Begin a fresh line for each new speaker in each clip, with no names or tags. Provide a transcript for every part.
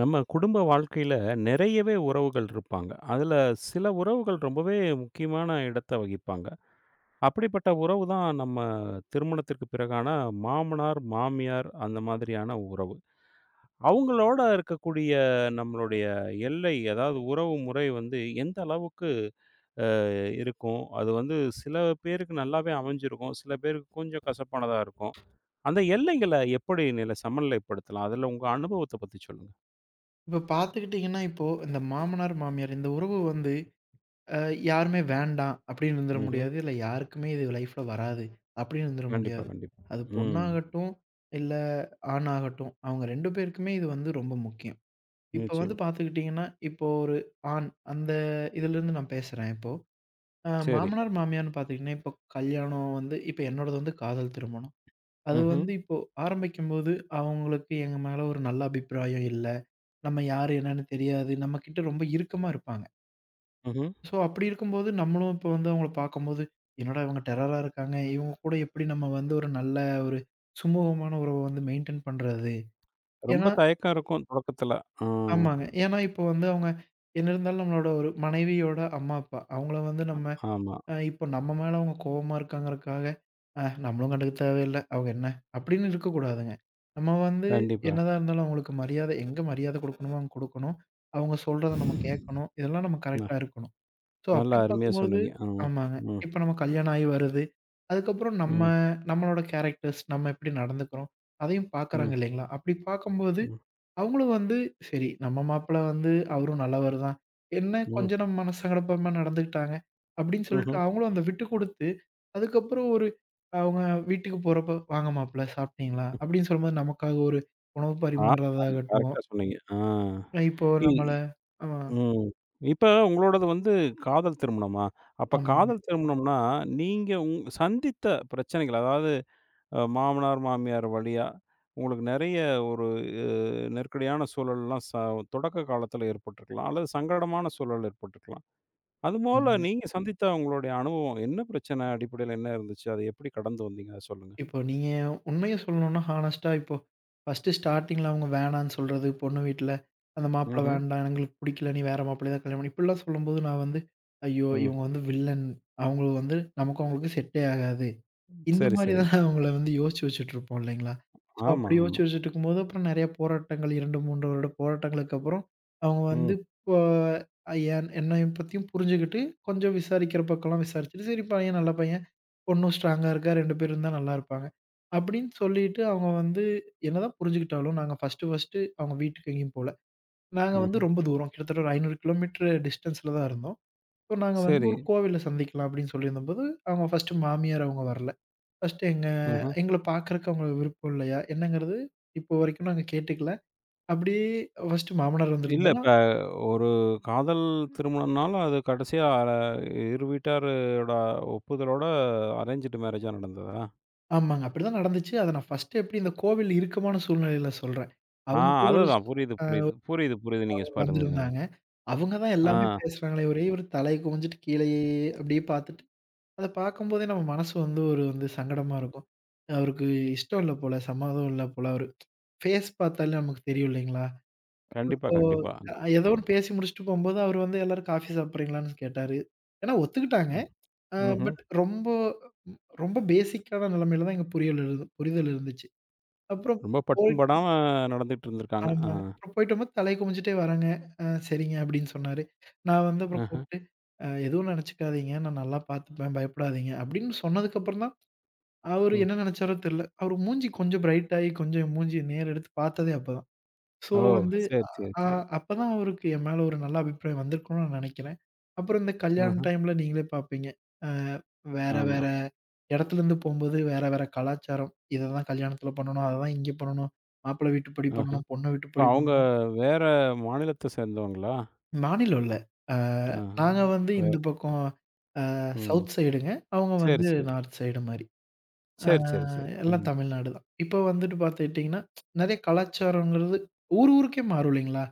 நம்ம குடும்ப வாழ்க்கையில நிறையவே உறவுகள் இருப்பாங்க. அதுல சில உறவுகள் ரொம்பவே முக்கியமான இடத்த வகிப்பாங்க. அப்படிப்பட்ட உறவு தான் நம்ம திருமணத்திற்கு பிறகான மாமனார், மாமியார் அந்த மாதிரியான உறவு. அவங்களோட இருக்கக்கூடிய நம்மளுடைய எல்லை, அதாவது உறவு முறை வந்து எந்த அளவுக்கு இருக்கும்? அது வந்து சில பேருக்கு நல்லாவே அமைஞ்சிருக்கும். சில பேருக்கு கொஞ்சம் கசப்பானதா இருக்கும். அந்த எல்லைகள எப்படி சமநிலைப்படுத்தலாம்? அதுல உங்க அனுபவத்த பத்தி சொல்லுங்க.
இப்ப பார்த்துக்கிட்டீங்கன்னா, இப்போ பார்த்துக்கிட்டிங்கன்னா இப்போது இந்த மாமனார், மாமியார் இந்த உறவு வந்து அ யாருமே வேண்டாம் அப்படின்னு இருந்துற
ம்ஹ்ம்.
முடியாது. இல்ல யாருக்குமே இது லைஃப்ல வராது அப்படின்னு இருந்துற
கண்டிப்பா,
முடியாது.
கண்டிப்பா.
அது
ம்.
பொண்ணாகட்டும், இல்ல ஆணாகட்டும், அவங்க 2 பேருக்குமே இது வந்து ரொம்ப முக்கியம். இப்போ வந்து
நிச்சயமா.
பார்த்துக்கிட்டீங்கன்னா, இப்போ ஒரு ஆண் அந்த இதிலருந்து நான் பேசுறேன் இப்போ.
சரி.
மாமனார், மாமியார்ன்னு பார்த்துக்கிட்டீங்கன்னா, இப்போ கல்யாணம் வந்து இப்போ என்னோடது வந்து காதல் திருமணம். அது
ம்ஹ்ம்,
வந்து இப்போ ஆரம்பிக்கும்போது அவங்களுக்கு எங்க மேல ஒரு நல்ல அபிப்பிராயம் இல்ல. நம்ம யாரு என்னன்னு தெரியாது. நம்மகிட்ட ரொம்ப இறுக்கமா இருப்பாங்க.
ம்ஹ்ம்.
ஸோ அப்படி இருக்கும்போது, நம்மளும் இப்போ வந்து அவங்கள பார்க்கும்போது, "என்னடா இவங்க டெரரா இருக்காங்க. இவங்க கூட எப்படி நம்ம வந்து ஒரு நல்ல ஒரு சுமூகமான உறவ வந்து மெயின்டெயின் பண்றது?"
ரொம்ப
ஏன்னா
தயக்கம் இருக்கும் தொடக்கத்துல. ஆ.
ஆமாங்க. ஏன்னா இப்போ வந்து அவங்க என்ன இருந்தாலும் நம்மளோட ஒரு மனைவியோட அம்மா, அப்பா. அவங்கள வந்து நம்ம
ஆமா.
இப்போ நம்ம மேல அவங்க கோவமா இருக்காங்கறக்காக, நம்மளும் கண்டுக்க தேவையில்ல. அவங்க என்ன?" அப்படின்னு இருக்கக்கூடாதுங்க. நம்ம வந்து
கண்டிப்பா.
என்னதான் இருந்தாலும் அவங்களுக்கு மரியாதை எங்க மரியாதை குடுக்கணுமோ அங்க குடுக்கணும். அவங்க சொல்றத நம்ம கேட்கணும். இதெல்லாம் நம்ம
ந
கரெக்ட்டா இருக்கணும். ஸோ
நல்லா
அப்படி
அருமையா
பார்க்கும்போது
சொன்னீங்க. ஆ.
ஆமாங்க.
ம்,
இப்போ நம்ம கல்யாணம் ஆகி வருது. அதுக்கப்புறம் நம்ம
ம்,
நம்மளோட கேரக்டர்ஸ் நம்ம எப்படி நடந்துக்கிறோம், அதையும் பார்க்குறாங்க
ம்,
இல்லைங்களா? அப்படி பார்க்கும்போது
ம்,
அவங்களும் வந்து சரி நம்ம மாப்பிள வந்து அவரும் நல்லவர் தான். என்ன
ம்,
கொஞ்சம் நம்ம மனசங்கடப்பமா நடந்துக்கிட்டாங்க. அப்படின்னு சொல்லிட்டு
ம்ஹ்ம்.
அவங்களும் அந்த விட்டு குடுத்து, அதுக்கப்புறம் ஒரு அவங்க வீட்டுக்கு போறப்ப, "வாங்க மாப்பிள சாப்பிட்டீங்களா?"
ம்.
அப்படின்னு சொல்லும்போது நமக்காக ஒரு உணவு
ஆமாமா.
பரிமாறுறதாகட்டும்,
கரெக்ட்டா சொன்னீங்க. ஆ.
இப்போ நம்மள
இ
ஆ,
ம். இப்ப உங்களோடது வந்து காதல் திருமணமா? அப்ப
ஆமாங்க,
காதல் திருமணம்னா, நீங்க சந்தித்த பிரச்சனைகள், அதாவது மாமனார், மாமியார் வழியா உங்களுக்கு நெறைய ஒரு அ நெருக்கடியான சூழல்லாம் தொடக்க காலத்தில ஏற்பட்டுருக்கலாம். அல்லது சங்கடமான சூழல் ஏற்பட்டுருக்கலாம். அதுபோல
ஆமாங்க.
நீங்க சந்தித்த உங்களுடைய அனுபவம் என்ன பிரச்சனை அடிப்படையில என்ன இருந்துச்சு? அத எப்படி கடந்து வந்தீங்க? அத சொல்லுங்க.
இப்போ நீங்க உண்மைய சொல்லணும்னா, ஹானஸ்ட்டா இப்போ ஃபர்ஸ்ட்டு ஸ்டார்ட்டிங்ல அவங்க வேணான்னு சொல்றது, பொண்ணு வீட்ல அந்த மாப்பிள
ம்ஹ்ம்.
வேண்டாம், எங்களுக்கு பிடிக்கல, நீ வேற மாப்பிள்ளைய தான் கல்யாணம் பண்ணு. இப்படிலாம் சொல்லும்போது நான் வந்து, ஐயோ!
ம்.
இவங்க வந்து வில்லன். அவங்க வந்து நமக்கும் அவங்களுக்கும் செட்டே ஆகாது. இந்த
சரி,
மாரி
சரி.
தான் அவங்கள வந்து யோசிச்சு வச்சுட்டுருப்போம் இல்லைங்களா? ஸோ,
ஆமா,
அப்படி
ஆமா.
யோசிச்சு வச்சுட்டுருக்கும்போது, அப்புறம் நெறைய போராட்டங்கள் 2, 3 வருட போராட்டங்களுக்கு அப்புறம் அவங்க வந்து
ம்.
இப்போ என்னைய பத்தியும் புரிஞ்சுகிட்டு, கொஞ்சம் விசாரிக்கிற பக்கம்லாம் விசாரிச்சுட்டு, சரி பையன் நல்ல பையன். பொண்ணும் ஸ்ட்ராங்கா இருக்கா 2 பேரும் தான் நல்லா இருப்பாங்க. அப்படின்னு சொல்லிட்டு அவங்க வந்து என்னதான் புரிஞ்சுக்கிட்டாலும், நாங்க ஃபர்ஸ்ட்டு ஃபர்ஸ்ட்டு அவங்க வீட்டுக்கு எங்கேயும் போல. நாங்க வந்து
ம்ஹ்ம்.
ரொம்ப தூரம் கிட்டத்தட்ட ஒரு 500 கிலோமீட்டர் டிஸ்டன்ஸ்ல தான் இருந்தோம். ஸோ நாங்க வந்து
சரி.
ஒரு கோவில்ல சந்திக்கலாம் அப்படின்னு சொல்லியிருந்தபோது, அவங்க ஃபர்ஸ்ட்டு மாமியார் அவங்க வரல. ஃபர்ஸ்ட்டு
ம்ஹ்ம்.
எங்கள பார்க்கறக்கு அவங்களுக்கு விருப்பம் இல்லையா? என்னங்கிறது இப்போ வரைக்கும் நாங்க கேட்டுக்கல. அப்படியே ஃபர்ஸ்ட்டு மாமனார்
இல்ல
வந்திருந்தாருன்னா
இப்ப ஒரு காதல் திருமணம்னால அது கடைசியா இரு வீட்டாரோட ஒப்புதலோட அரேஞ்சுடு மேரேஜா நடந்ததா?
ஆமாங்க. அப்படிதான் நடந்துச்சு. அத நான் ஃபர்ஸ்ட்டு எப்படி இந்த கோவில் இறுக்கமான சூழ்நிலையில சொல்றேன்.
ஆ,
அவங்க கூட ஒரு
அதுதான். புரியுது, புரியுது. புரியுது, புரியுது. நீங்க பாருங்க.
வந்திருந்தாங்க. அவங்க தான்
ஆ,
எல்லாமே பேசுறாங்களே! ஒரே ஒரு தலைய குனிஞ்சுட்டு கீழயே அப்படியே பார்த்துட்டு, அத பார்க்கும்போதே நம்ம மனசு வந்து ஒரு வந்து சங்கடமா இருக்கும். அவருக்கு இஷ்டம் இல்ல போல, சம்மதம் இல்ல போல. அவரு ஃபேஸ் பார்த்தாலே நமக்கு தெரியும் இல்லைங்களா?
கண்டிப்பா,
அப்போ
கண்டிப்பா.
ஏதோ ஒண்ணு பேசி முடிச்சுட்டு போம்போது அவரு வந்து எல்லாரும் காஃபி சாப்பிடுறீங்களான்னு கேட்டாரு. ஏன்னா ஒத்துக்கிட்டாங்க.
ம்.
அ
ம்ஹ்ம்.
பட் ரொம்ப ரொம்ப பேசிக்கான நிலைமையில தான் எங்க புரியல் இரு புரிதல் இருந்துச்சு. அப்புறம்
ரொம்ப
போய்
பட்டும் படாம நடந்துட்டு இருந்திருக்காங்க. ஆ.
ஆமாங்க. அப்புறம் போயிட்டோமா, தலை குமிஞ்சுட்டே வரேங்க. "ஆ சரிங்க" அப்படின்னு சொன்னாரு. நான் வந்து அப்புறம்
ஆஹ.
கூப்ட்டு, எதுவும் நெனச்சுக்காதீங்க. நான் நல்லா பார்த்துப்பேன். பயப்படாதீங்க" அப்படின்னு சொன்னதுக்கப்புறம் தான், அவரு
ம்.
என்ன நெனச்சாரோ தெர்ல. அவரு மூஞ்சி கொஞ்சம் பிரைட் ஆயி, கொஞ்சம் மூஞ்சிய நேர் எடுத்து பார்த்ததே அப்பதான். ஸோ
ஓ!
வந்து
சரி, சரி,
அ
சரி.
அப்பதான் அவருக்கு என் மேல ஒரு நல்ல அபிப்பிராயம் வந்திருக்கும்னு நான் நெனைக்கிறேன். அப்புறம் இந்த
ஆஹ.
கல்யாண டைம்ல நீங்களே பார்ப்பீங்க. அ வேற
ஆமா.
வேற இடத்துலருந்து போம்போது, வேற வேற கலாச்சாரம். இததான் கல்யாணத்துல பண்ணணும், அததான் இங்க பண்ணணும், மாப்பிள வீட்டுப்படி
ஆஹ.
பண்ணணும், பொண்ணு
இப்ப
வீட்டுப்படி
அவங்க
பண்ணணும்.
வேற மாநிலத்த சேர்ந்தவங்களா?
மாநிலம் இல்ல. அ
ஆ.
நாங்க வந்து
வே
இந்த பக்கம்
ம்.
சவுத் சைடுங்க. அவங்க
சரி,
வந்து
சரி.
நார்த் சைடு மாரி. அ
சரி, சரி, சரி.
எல்லாம்
ம்.
தமிழ்நாடு தான். இப்போ வந்துட்டு பார்த்துக்கிட்டீங்கன்னா, நெறைய கலாச்சாரங்கிறது ஊர் ஊருக்கே மாறும் இல்லைங்களா?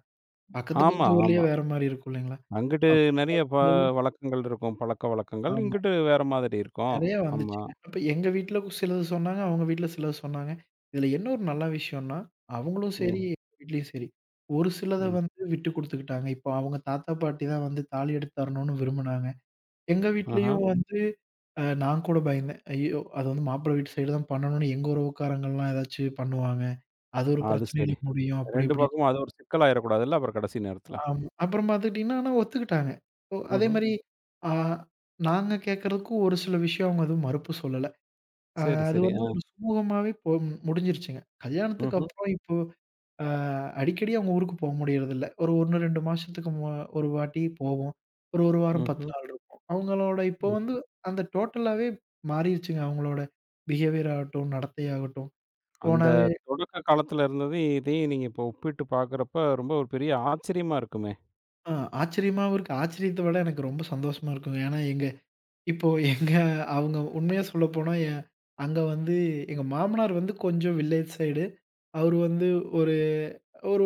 பக்கத்து
ஆமா,
பக்கத்து ஊர்லயே
ஆமா.
வேற மாரி இருக்கும் இல்லைங்களா?
அங்கிட்டு நெறைய
அப்பவும்
வழக்கங்கள் இருக்கும். பழக்கவழக்கங்கள்.
ஆமா.
இங்கிட்டு வேற மாதிரி இருக்கும்.
நெறைய
ஆமா.
வந்துச்சுங்க. அப்ப எங்க வீட்ல சிலது சொன்னாங்க, அவங்க வீட்ல சிலது சொன்னாங்க. இதுல என்ன ஒரு நல்ல விஷயம்னா, அவங்களும் சரி,
ம்.
எங்க வீட்லயும் சரி, ஒரு சிலத
ம்.
வந்து விட்டு குடுத்துக்கிட்டாங்க. இப்போ அவங்க தாத்தா, பாட்டி தான் வந்து தாலி எடுத்து தரணும்னு விரும்புனாங்க. எங்க
ஆஹ.
வீட்லயும் வந்து நான் கூட பயந்தேன். ஐயோ! அது வந்து மாப்பிள வீட்டு சைடு தான் பண்ணணும்னு எங்க உறவுக்காரங்கலாம் ஏதாச்சும் பண்ணுவாங்க. அது ஒரு
அது சரி.
பிரச்சனையில முடியும் அப்படி
2
இப்படின்னு.
பக்கமும் அது ஒரு சிக்கலாயிறக்கூடாதுல்ல அப்புறம் கடைசி நேரத்துல.
ஆமா. அப்புறம் பார்த்துக்கிட்டீங்கன்னா, ஆனா ஒத்துக்கிட்டாங்க. ஓ அதே
ம்ஹ்ம்.
மாரி ஆ நாங்க கேட்கறதுக்கும் ஒரு சில விஷயம் அவங்க எதுவும் மறுப்பு சொல்லல. அ
சரி,
அது
சரி.
வந்து
ஆ.
ஒரு சுமூகமாவே முடிஞ்சிருச்சுங்க. கல்யாணத்துக்கு
ம்ஹ்ம்,
அப்புறம் இப்போ ஆ அடிக்கடி அவங்க ஊருக்கு போ முடியறதில்ல. ஒரு 1, 2 மாசத்துக்கு ஒரு வாட்டி போவோம். ஒரு 1 வாரம் 10
ம்ஹ்ம்.
நாள் இருப்போம். அவங்களோட இப்போ
ம்.
வந்து அந்த டோட்டலாவே மாறிருச்சுங்க. அவங்களோட பிஹேவியர் ஆகட்டும், நடத்தை ஆகட்டும்.
அந்த
போனாவே
தொடக்க காலத்துல இருந்தது, இதையும் நீங்க இப்போ ஒப்பிட்டு பார்க்குறப்ப, ரொம்ப ஒரு பெரிய ஆச்சரியமா இருக்குமே!
ஆ ஆச்சரியமாவும் இருக்கு. ஆச்சரியத்த விட எனக்கு ரொம்ப சந்தோஷமா இருக்குங்க. ஏன்னா எங்க இப்போ எங்க அவங்க உண்மையா சொல்லப்போனா, அங்க வந்து எங்க மாமனார் வந்து கொஞ்சம் வில்லேஜ் சைடு. அவரு வந்து ஒரு ஒரு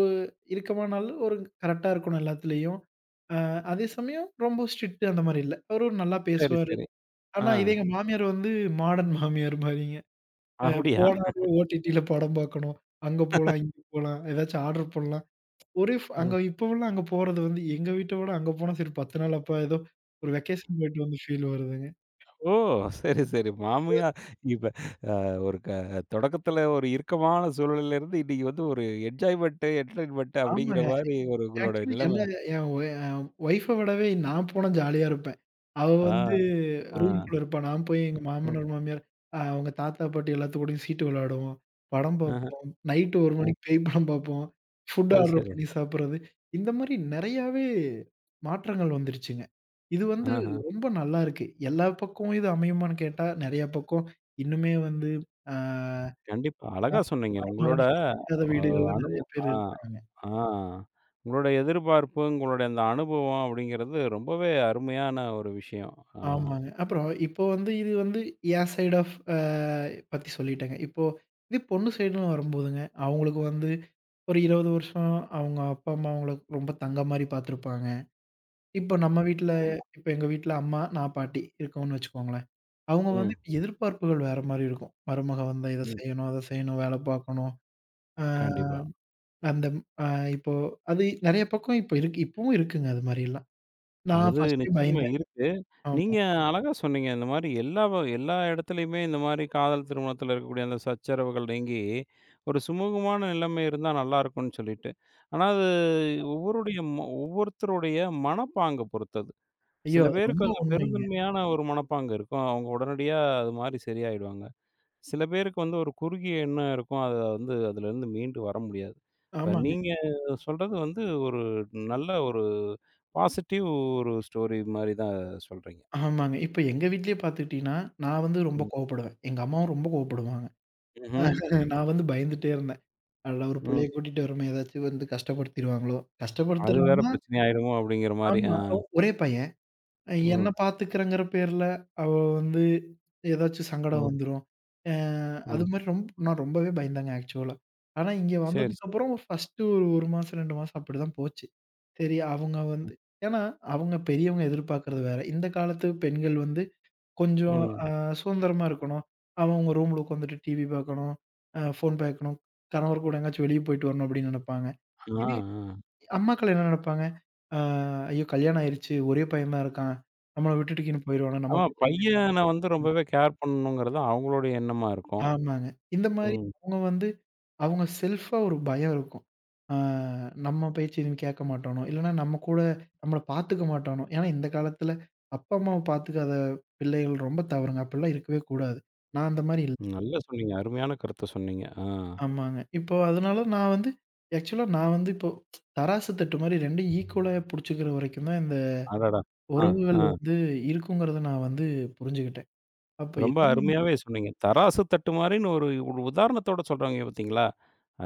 இருக்கமான ஆளு. ஒரு கரெக்ட்டா இருக்கணும் எல்லாத்துலயும். அ அதே சமயம் ரொம்ப ஸ்ட்ரிக்ட் அந்த மாரி இல்ல. அவரு நல்லா
சரி,
பேசுவாரு.
சரி. ஆ.
ஆனா இதே எங்க மாமியார் வந்து மாடர்ன் மாமியார் மாரிங்க. அ
அப்படியா?
போனாலே ஓடிடில படம் பார்க்கணும். அங்க போலாம், இங்க போலாம், ஏதாச்சும் ஆர்டர் பண்ணலாம். ஒரே ஃப்
ம்.
அங்க இப்போவெல்லாம் அங்க போறது வந்து எங்க வீட்ட விட அங்க போனா சரி 10 நாள் அப்பா ஏதோ ஒரு வெக்கேஷன் போயிட்டு வந்து ஃபீல் வருதுங்க.
ஓ! சரி, சரி. மாமியார் இப்ப ஒரு தொடக்கத்துல ஒரு இறுக்கமான சூழல்ல இருந்து, இன்னைக்கு வந்து ஒரு என்ஜாய்மென்ட், என்டர்டெயின்மென்ட் அப்படிங்கிற
ஆமாங்க.
மாரி ஒரு உங்களோட
ஆக்சுவலி என்ன
நிலைமை.
என் ஒ ஒய்ஃப விடவே நான் போனா ஜாலியா இருப்பேன். அவ
ஆ,
வந்து
ஆ.
ரூம்குள்ள இருப்பா. நான் போய் எங்க
ம்.
மாமனார், மாமியார் அவங்க தாத்தா, பாட்டி எல்லாத்து கூடயும் சீட்டு விளையாடுவோம். படம்
ஆஹ,
பார்ப்போம். நைட்டு 1
ஆ.
மணிக்கு பேய் படம் பார்ப்போம். ஃபுட்
அது
ஆர்டர்
சரி.
பண்ணி சாப்பிடுறது. இந்த மாரி நெறையாவே மாற்றங்கள் வந்துருச்சுங்க. இது வந்து
ஆஹ.
ரொம்ப நல்லா இருக்கு. எல்லா பக்கமும் இது அமையுமான்னு கேட்டா, நெறைய பக்கம் இன்னுமே வந்து அ
கண்டிப்பா.
ம
அழகா சொன்னீங்க. உங்களோட
மருமகனை ஏத்துக்காத
அ
வீடுகள்ல
அனுப
நெறைய பேர்
ஆ,
இருக்காங்க.
ஆ. உங்களோட எதிர்பார்ப்பு, உங்களுடைய அந்த அனுபவம் அப்படிங்கிறது ரொம்பவே அருமையான ஒரு விஷயம். ஆ,
ஆமாங்க. அப்புறம் இப்போ வந்து இது வந்து என் சைட் ஆஃப் பத்தி சொல்லிட்டேங்க. இப்போ இது பொண்ணு சைடுன்னு வரும்போதுங்க, அவங்களுக்கு வந்து ஒரு 20 வருஷம் அவங்க அப்பா, அம்மா அவங்கள ரொம்ப தங்கம் மாரி பார்த்துருப்பாங்க. இப்போ நம்ம வீட்ல
ஆமா.
இப்போ எங்க வீட்ல அம்மா, நான், பாட்டி இருக்கோம்ன்னு வச்சுக்கோங்களேன். அவங்க வந்து
ம்,
எதிர்பார்ப்புகள் வேற மாரி இருக்கும். மருமக வந்தா இத
ம்.
செய்யணும், அத செய்யணும், வேல பார்க்கணும். ஆ
கண்டிப்பா.
அந்த அ இப்போ அது நெறைய பக்கம் இப்போ இருக்கு இப்பவும் இருக்குங்க அது மாரிலாம். நான்
அது
ஃபர்ஸ்ட்டே
நிச்சயமா
பயந்தேன்.
இருக்கு.
ஆமா.
நீங்க அழகா சொன்னீங்க. இந்த மாரி எல்லா எல்லா இடத்துலயுமே இந்த மாரி காதல் திருமணத்தில இருக்கக்கூடிய அந்த சச்சரவுகள் நீங்கி, ஒரு சுமூகமான நிலைமை இருந்தா நல்லாருக்கும்னு சொல்லிட்டு. ஆனா அது ஒவ்வொருடைய ம ஒவ்வொருத்தருடைய மனப்பாங்க பொறுத்தது.
ஐயோ!
சில
அது
பேருக்கு
ரொம்ப
அந்த
உண்மைங்க.
பெருந்தன்மையான ஒரு மனப்பாங்கு இருக்கும். அவங்க உடனடியா அது மாரி சரியாயிடுவாங்க. சில பேருக்கு வந்து ஒரு குறுகிய எண்ணம் இருக்கும். அத வந்து அதுலருந்து மீண்டு வர முடியாது. இப்ப
ஆமாங்க.
நீங்க சொல்றது வந்து ஒரு நல்ல ஒரு பாசிட்டிவ் ஒரு ஸ்டோரி மாரி தான் சொல்றீங்க.
ஆமாங்க. இப்ப எங்க வீட்லயே பார்த்துக்கிட்டீங்கன்னா, நான் வந்து ரொம்ப
ம்.
கோவப்படுவேன். எங்க அம்மாவும் ரொம்ப கோவப்படுவாங்க.
ம்ஹ்ம்.
நான் வந்து பயந்துட்டே இருந்தேன். அடடா! ஒரு
ம்.
புள்ளைய கூட்டிட்டு வரோமே! ஏதாச்சும் வந்து கஷ்டப்படுத்திருவாங்களோ!
அது வேற
கஷ்டப்படுத்திருவாங்கன்னா
பிரச்சனை ஆயிடுமோ அப்படிங்கிற மாரி. ஆ.
ஆமா. ஒரே பையன். என்ன
ம்.
பார்த்துக்கிறேங்கிற பேர்ல, அவ வந்து ஏதாச்சும் சங்கடம்
ம்.
வந்துரும். அ
ம்.
அதுமாரி ரொம்ப நான் ரொம்பவே பயந்தேங்க ஆக்சுவலா. ஆனா இங்க
சரி.
வந்ததுக்கப்புறம் ஃபர்ஸ்ட்டு ஒரு 1 மாசம், 2 மாசம் அப்படிதான் போச்சு. சரி, அவங்க
சரி.
வந்து ஏன்னா அவங்க பெரியவங்க எதிர்பார்க்கிறது வேற. இந்த காலத்து பெண்கள் வந்து கொஞ்சம்
ம்.
சுதந்திரமா இருக்கணும். அவன் உங்க ரூம்ல உட்காந்துட்டு டிவி பார்க்கணும், ஃபோன் பார்க்கணும், கணவர் கூட எங்கேயாச்சும் வெளிய போயிட்டு வரணும் அப்படின்னு நினைப்பாங்க.
ஆ,
இதே
ஆ.
அம்மாக்கள் என்ன நினைப்பாங்க? அ ஐயோ! கல்யாணம் ஆயிருச்சு. ஒரே பையன் தான் இருக்கான். நம்மள விட்டுட்டு கீன்னு போயிருவானா? நம்ம
ஆமா,
பேச்ச
பையன வந்து ரொம்பவே கேர் பண்ணணுங்கிறது அவங்களுடைய எண்ணமா இருக்கும்.
ஆமாங்க. இந்த மாரி
ம்.
அவங்க வந்து அவங்க செல்ஃபா ஒரு பயம் இருக்கும். அ நம்ம பேச்சு எதுவும் கேட்க மாட்டானோ, இல்லன்னா நம்ம கூட நம்மள பார்த்துக்க மாட்டானோ. ஏன்னா இந்த காலத்துல அப்பா, அம்மாவ பார்த்துக்காத பிள்ளைகள் ரொம்ப தவறுங்க. அப்படிலாம் இருக்கவே கூடாது. நான் அந்த மாரி இல்ல.
நல்லா சொன்னீங்க. அருமையான கருத்த சொன்னீங்க. ஆ.
ஆமாங்க. இப்போ அதனால நான் வந்து ஆக்சுவலா நான் வந்து இப்போ தராசு தட்டு மாரி 2ம் ஈக்குவலா புடிச்சுக்கிற வரைக்கும் தான் இந்த
அடடா! ஆ,
உறவுகள்
ஆ.
வந்து இருக்குங்கிறத நான் வந்து புரிஞ்சுக்கிட்டேன். அப்ப
ரொம்ப
எல்லாமே
அருமையாவே சொன்னீங்க. தராசு தட்டு மாரின்னு ஒரு ஒரு உதாரணத்தோட சொல்றாங்க பார்த்தீங்களா?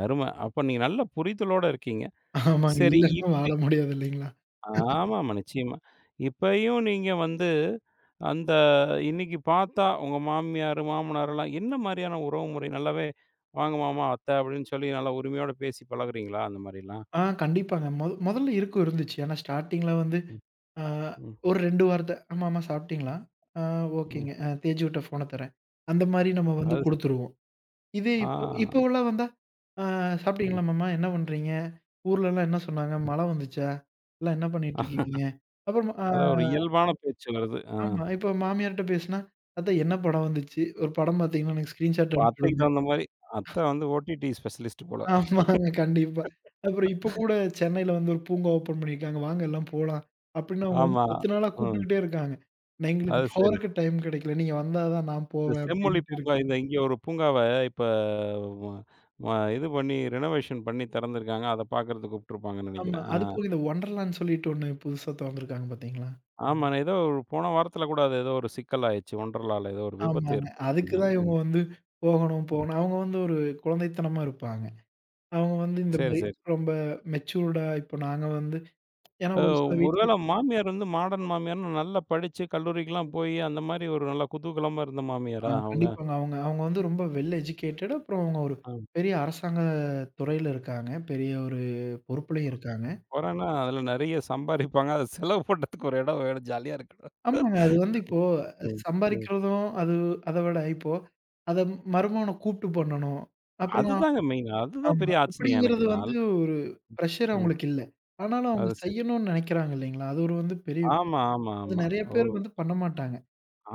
அரும. அப்ப நீங்க நல்ல புரிதலோட இருக்கீங்க.
ஆமாங்க.
சரி
இல்லன்னா வாழ
இப்ப
முடியாது இல்லைங்களா?
ஆமாமா. நிச்சயமா. இப்பயும் நீங்க வந்து அந்த இன்னைக்கு பார்த்தா உங்க மாமியார், மாமனார்லாம் என்ன மாரியான உறவு முறை? நல்லாவே "வாங்க மாமா, அத்தை" அப்படின்னு சொல்லி நல்லா உரிமையோட பேசி பழகுறீங்களா? அந்த மாரிலாம்.
ஆ கண்டிப்பாங்க. மொதல்ல இருக்கும் இருந்துச்சு. ஆனா ஸ்டார்ட்டிங்ல வந்து
ம்,
ஆ
ம்,
ஒரு 2 வார்த்தை, "ஆமாமா சாப்பிட்டீங்களா? ஆ
ம்.
ஓகேங்க. தேஜுட்ட ஃபோன தரேன்." அந்த மாரி நம்ம வந்து
அது ச
குடுத்துருவோம். இதே இப்போ
ஆ.
இப்போவெல்லாம் வந்தா ஆ
ம்.
சாப்பிட்டீங்களா மாமா? என்ன பண்றீங்க? ஊர்லலாம் என்ன சொன்னாங்க? மழை வந்துச்சா? எல்லாம் என்ன பண்ணிட்டுருக்கீங்க? அப்புறம் ஆ
அதான் ஒரு இயல்பான பேச்சு வருது. ஆ.
ஆமா. இப்போ மாமியார்ட்ட பேசுனா, "அத்தை என்ன படம் வந்துச்சு? ஒரு படம் பார்த்தீங்கன்னா எனக்கு ஸ்கிரீன்ஷாட் அனுப்பிச்சு
அத்தைக்கு
விடுங்க."
தகுந்த மாரி அத்தை வந்து ஓடிடி ஸ்பெஷலிஸ்ட் போல.
ஆமாங்க. கண்டிப்பா. அப்புறம் இப்போ கூட சென்னையில வந்து ஒரு பூங்கா ஓப்பன் பண்ணியிருக்காங்க. வாங்க எல்லாம் போலாம். அப்படின்னு அவங்க வந்து
ஆமா.
10 நாளா
ம்.
கூப்பிட்டுக்கிட்டே இருக்காங்க. நான் எங்களுக்கு
அது சரி.
போறக்கு டைம் கிடைக்கல. நீங்க வந்தா தான் நான்
இந்த
போவேன்
செம்மொழி
அப்படின்ட்டு இருக்கு.
பூங்கா இந்த இங்க ஒரு பூங்காவ இப்ப ம ம இது பண்ணி ரெனோவேஷன் பண்ணி திறந்திருக்காங்க. அத பார்க்கறதுக்கு கூப்ட்டுருப்பாங்கன்னு
ஆமா.
நெனைக்கிறேன். ஆ.
அது போக இந்த ஒண்டர்லான்னு சொல்லிட்டு ஒண்ணு புதுசா தொறந்துருக்காங்க பார்த்தீங்களா?
ஆமா. ஏதோ ஒரு போன வாரத்துல கூட அது ஏதோ ஒரு சிக்கல் ஆயிருச்சு. ஒண்டர்லால ஏதோ ஒரு விபத்து
ஆமாங்க. அதுக்கு தான்
ஏற்பட்டுன்னாங்க.
இவங்க வந்து போகணும், போகணும். அவங்க வந்து ஒரு குழந்தைத்தனமா இருப்பாங்க. அவங்க வந்து இந்த
சரி,
மாரி
சரி.
ரொம்ப மெச்சூர்டா இப்போ நாங்க வந்து ஏன்னா
அ
ஒரு சில வீட்ல
ஒருவேள மாமியார் வந்து மாடர்ன் மாமியார்ன்னு நல்லா படிச்சு கல்லூரிக்குலாம் போய் அந்த மாரி ஒரு நல்ல குதூகலமா இருந்த
ஆ
மாமியாரா அவங்க?
கண்டிப்பாங்க. அவங்க அவங்க வந்து ரொம்ப வெல் எஜுகேட்டட் அப்புறம் அவங்க ஒரு பெரிய அரசாங்க துறையில இருக்காங்க. பெரிய ஒரு பொறுப்புலயும் இருக்காங்க.
கொறைன்னா, அதுல நெறைய சம்பாரிப்பாங்க. அத செலவு பண்றதுக்கு ஒரு இடம் வேணும். ஜாலியா இருக்கணும்.
ஆமாங்க. அது வந்து இப்போ
ம், ம்.
சம்பாரிக்கிறதும் அது அத விட இப்போ அத மருமகன கூப்ட்டு பண்ணணும். அப்புறம்
அதுதாங்க மெயின். அதுதான்
ஆமா.
பெரிய ஆச்சரியம் எனக்கு.
அப்படிங்கிறது வந்து ஒரு பிரஷர்
ம்.
அவங்களுக்கு இல்ல. ஆனாலும் அவங்க
அது சரி.
செய்யணும்னு நெனைக்கிறாங்க இல்லைங்களா? அது ஒரு வந்து பெரிய விஷயம்.
ஆமா, ஆமா,
அது
ஆமா.
நெறைய
ஓ!
பேர் வந்து பண்ண மாட்டாங்க.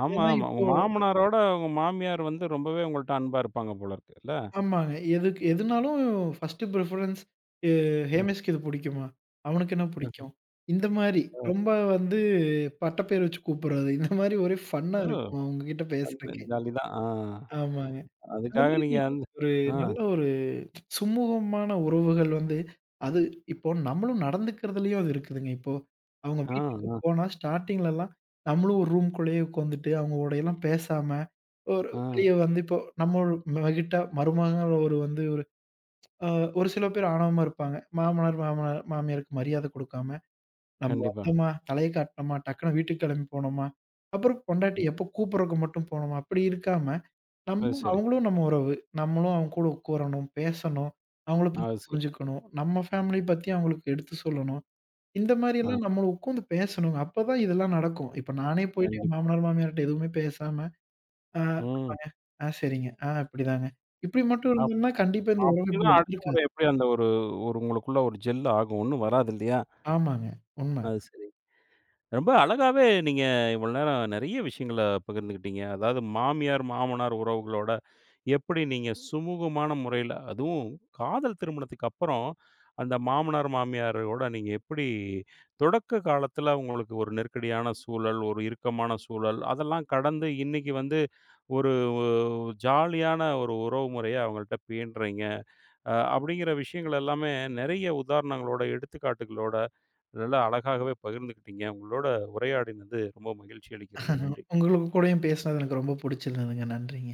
ஆமா,
ஏன்னா
ஆமா. உங்க
இப்போ
மாமனாரோட உங்க மாமியார் வந்து ரொம்பவே உங்கள்ட்ட அன்பா இருப்பாங்க போல இருக்கு. இல்ல?
ஆமாங்க. எதுக்கு எதுனாலும் 1 ப்ரிஃபரன்ஸ் எ
ம்,
ஹேமேஷ்க்கு இது புடிக்குமா? அவனுக்கு என்ன
ம்,
புடிக்கும்? இந்த மாரி
ம்.
ரொம்ப வந்து பட்டப்பேர் வச்சு கூப்பிடுறது. இந்த மாரி ஒரே ஃபன்னா
ஓ!
இருக்கும் அவங்க கிட்ட
ஃபன்னு
பேசுறதுக்கே.
ஜாலி தான். ஆ.
ஆமாங்க. அந்த
அதுக்காக
மாரி
நீங்க வந்து
ஒரு
ஆ,
நல்ல ஒரு சுமூகமான உறவுகள் வந்து அது இப்போ நம்மளும் நடந்துக்கிறதுலயும் அது இருக்குதுங்க. இப்போ அவங்க
ஆ,
வீட்டுக்கு
ஆ,
போனா ஸ்டார்ட்டிங்லலாம் நம்மளும் ஒரு ரூம்குள்ளேயே உட்காந்துட்டு அவங்களோடையெல்லாம் பேசாம, ஒரு
ஆ.
வெளிய வந்து இப்போ நம்ம ஒரு மகிட்டா மருமகள் ஒரு வந்து ஒரு அ ஒரு சில பேர் ஆணவமா இருப்பாங்க. மாமனார், மாமனார் மாமியாருக்கு மரியாதை குடுக்காம, நம்ம
கண்டிப்பா.
வந்தோமா, தலைய காட்டினோமா, டக்குனு வீட்டுக்கு கிளம்பி போனோமா, அப்புறம் பொண்டாட்டி
ம்.
எப்போ கூப்பிடுறக்கு மட்டும் போனோமா, அப்படி இருக்காம
அது
நம்ம
சரி.
அவங்களும் நம்ம உறவு. நம்மளும் அவங்க கூட உட்காரணும், பேசணும். அவங்கள பத்தி
அது சரி.
புரிஞ்சுக்கணும். நம்ம ஃபேமிலி பத்தி அவங்களுக்கு எடுத்து சொல்லணும். இந்த
ஆ,
மாரியெல்லாம் நம்ம உட்காந்து பேசணுங்க. அப்பதான் இதெல்லாம் நடக்கும். இப்ப நானே போயிட்டு என்
கண்டிப்பா.
மாமனார், மாமியார்ட்ட எதுவுமே பேசாம, ஆ,
ம்.
ஆ சரிங்க. ஆ இப்படிதாங்க. இப்படி மட்டும் இருந்தோம்னா கண்டிப்பா இந்த உறவு
அப்படின்னா
இப்படி
அடுத்த முறை
வந்திருக்காது.
எப்படி அந்த ஒரு ஒரு உங்களுக்குள்ள ஒரு ஜெல் ஆகும். ஒண்ணும் வராது இல்லையா?
ஆமாங்க. உண்ம.
அது சரி. ரொம்ப அழகாவே நீங்க இவ்வளோ நேரம் நெறைய விஷயங்கள பகிர்ந்துக்கிட்டீங்க. அதாவது மாமியார், மாமனார் உறவுகளோட எப்படி நீங்க சுமூகமான முறையில அதுவும் காதல் திருமணத்துக்கு அப்புறம் அந்த மாமனார், மாமியாரோட நீங்க எப்படி தொடக்க காலத்தில உங்களுக்கு ஒரு நெருக்கடியான சூழல், ஒரு இறுக்கமான சூழல் அதெல்லாம் கடந்து இன்னைக்கு வந்து ஒரு ஜாலியான ஒரு உறவு முறைய அவங்கள்ட்ட பேணுறீங்க. அப்படிங்கிற விஷயங்கள் எல்லாமே நிறைய உதாரணங்களோட, எடுத்துக்காட்டுகளோட நல்லா அழகாகவே பகிர்ந்துக்கிட்டீங்க. உங்களோட உரையாடினது ரொம்ப மகிழ்ச்சி அளிக்கிறது. நன்றி.
உங்களுக்கு கூடயும் பேசினது எனக்கு ரொம்ப புடிச்சிருந்ததுங்க. நன்றிங்க.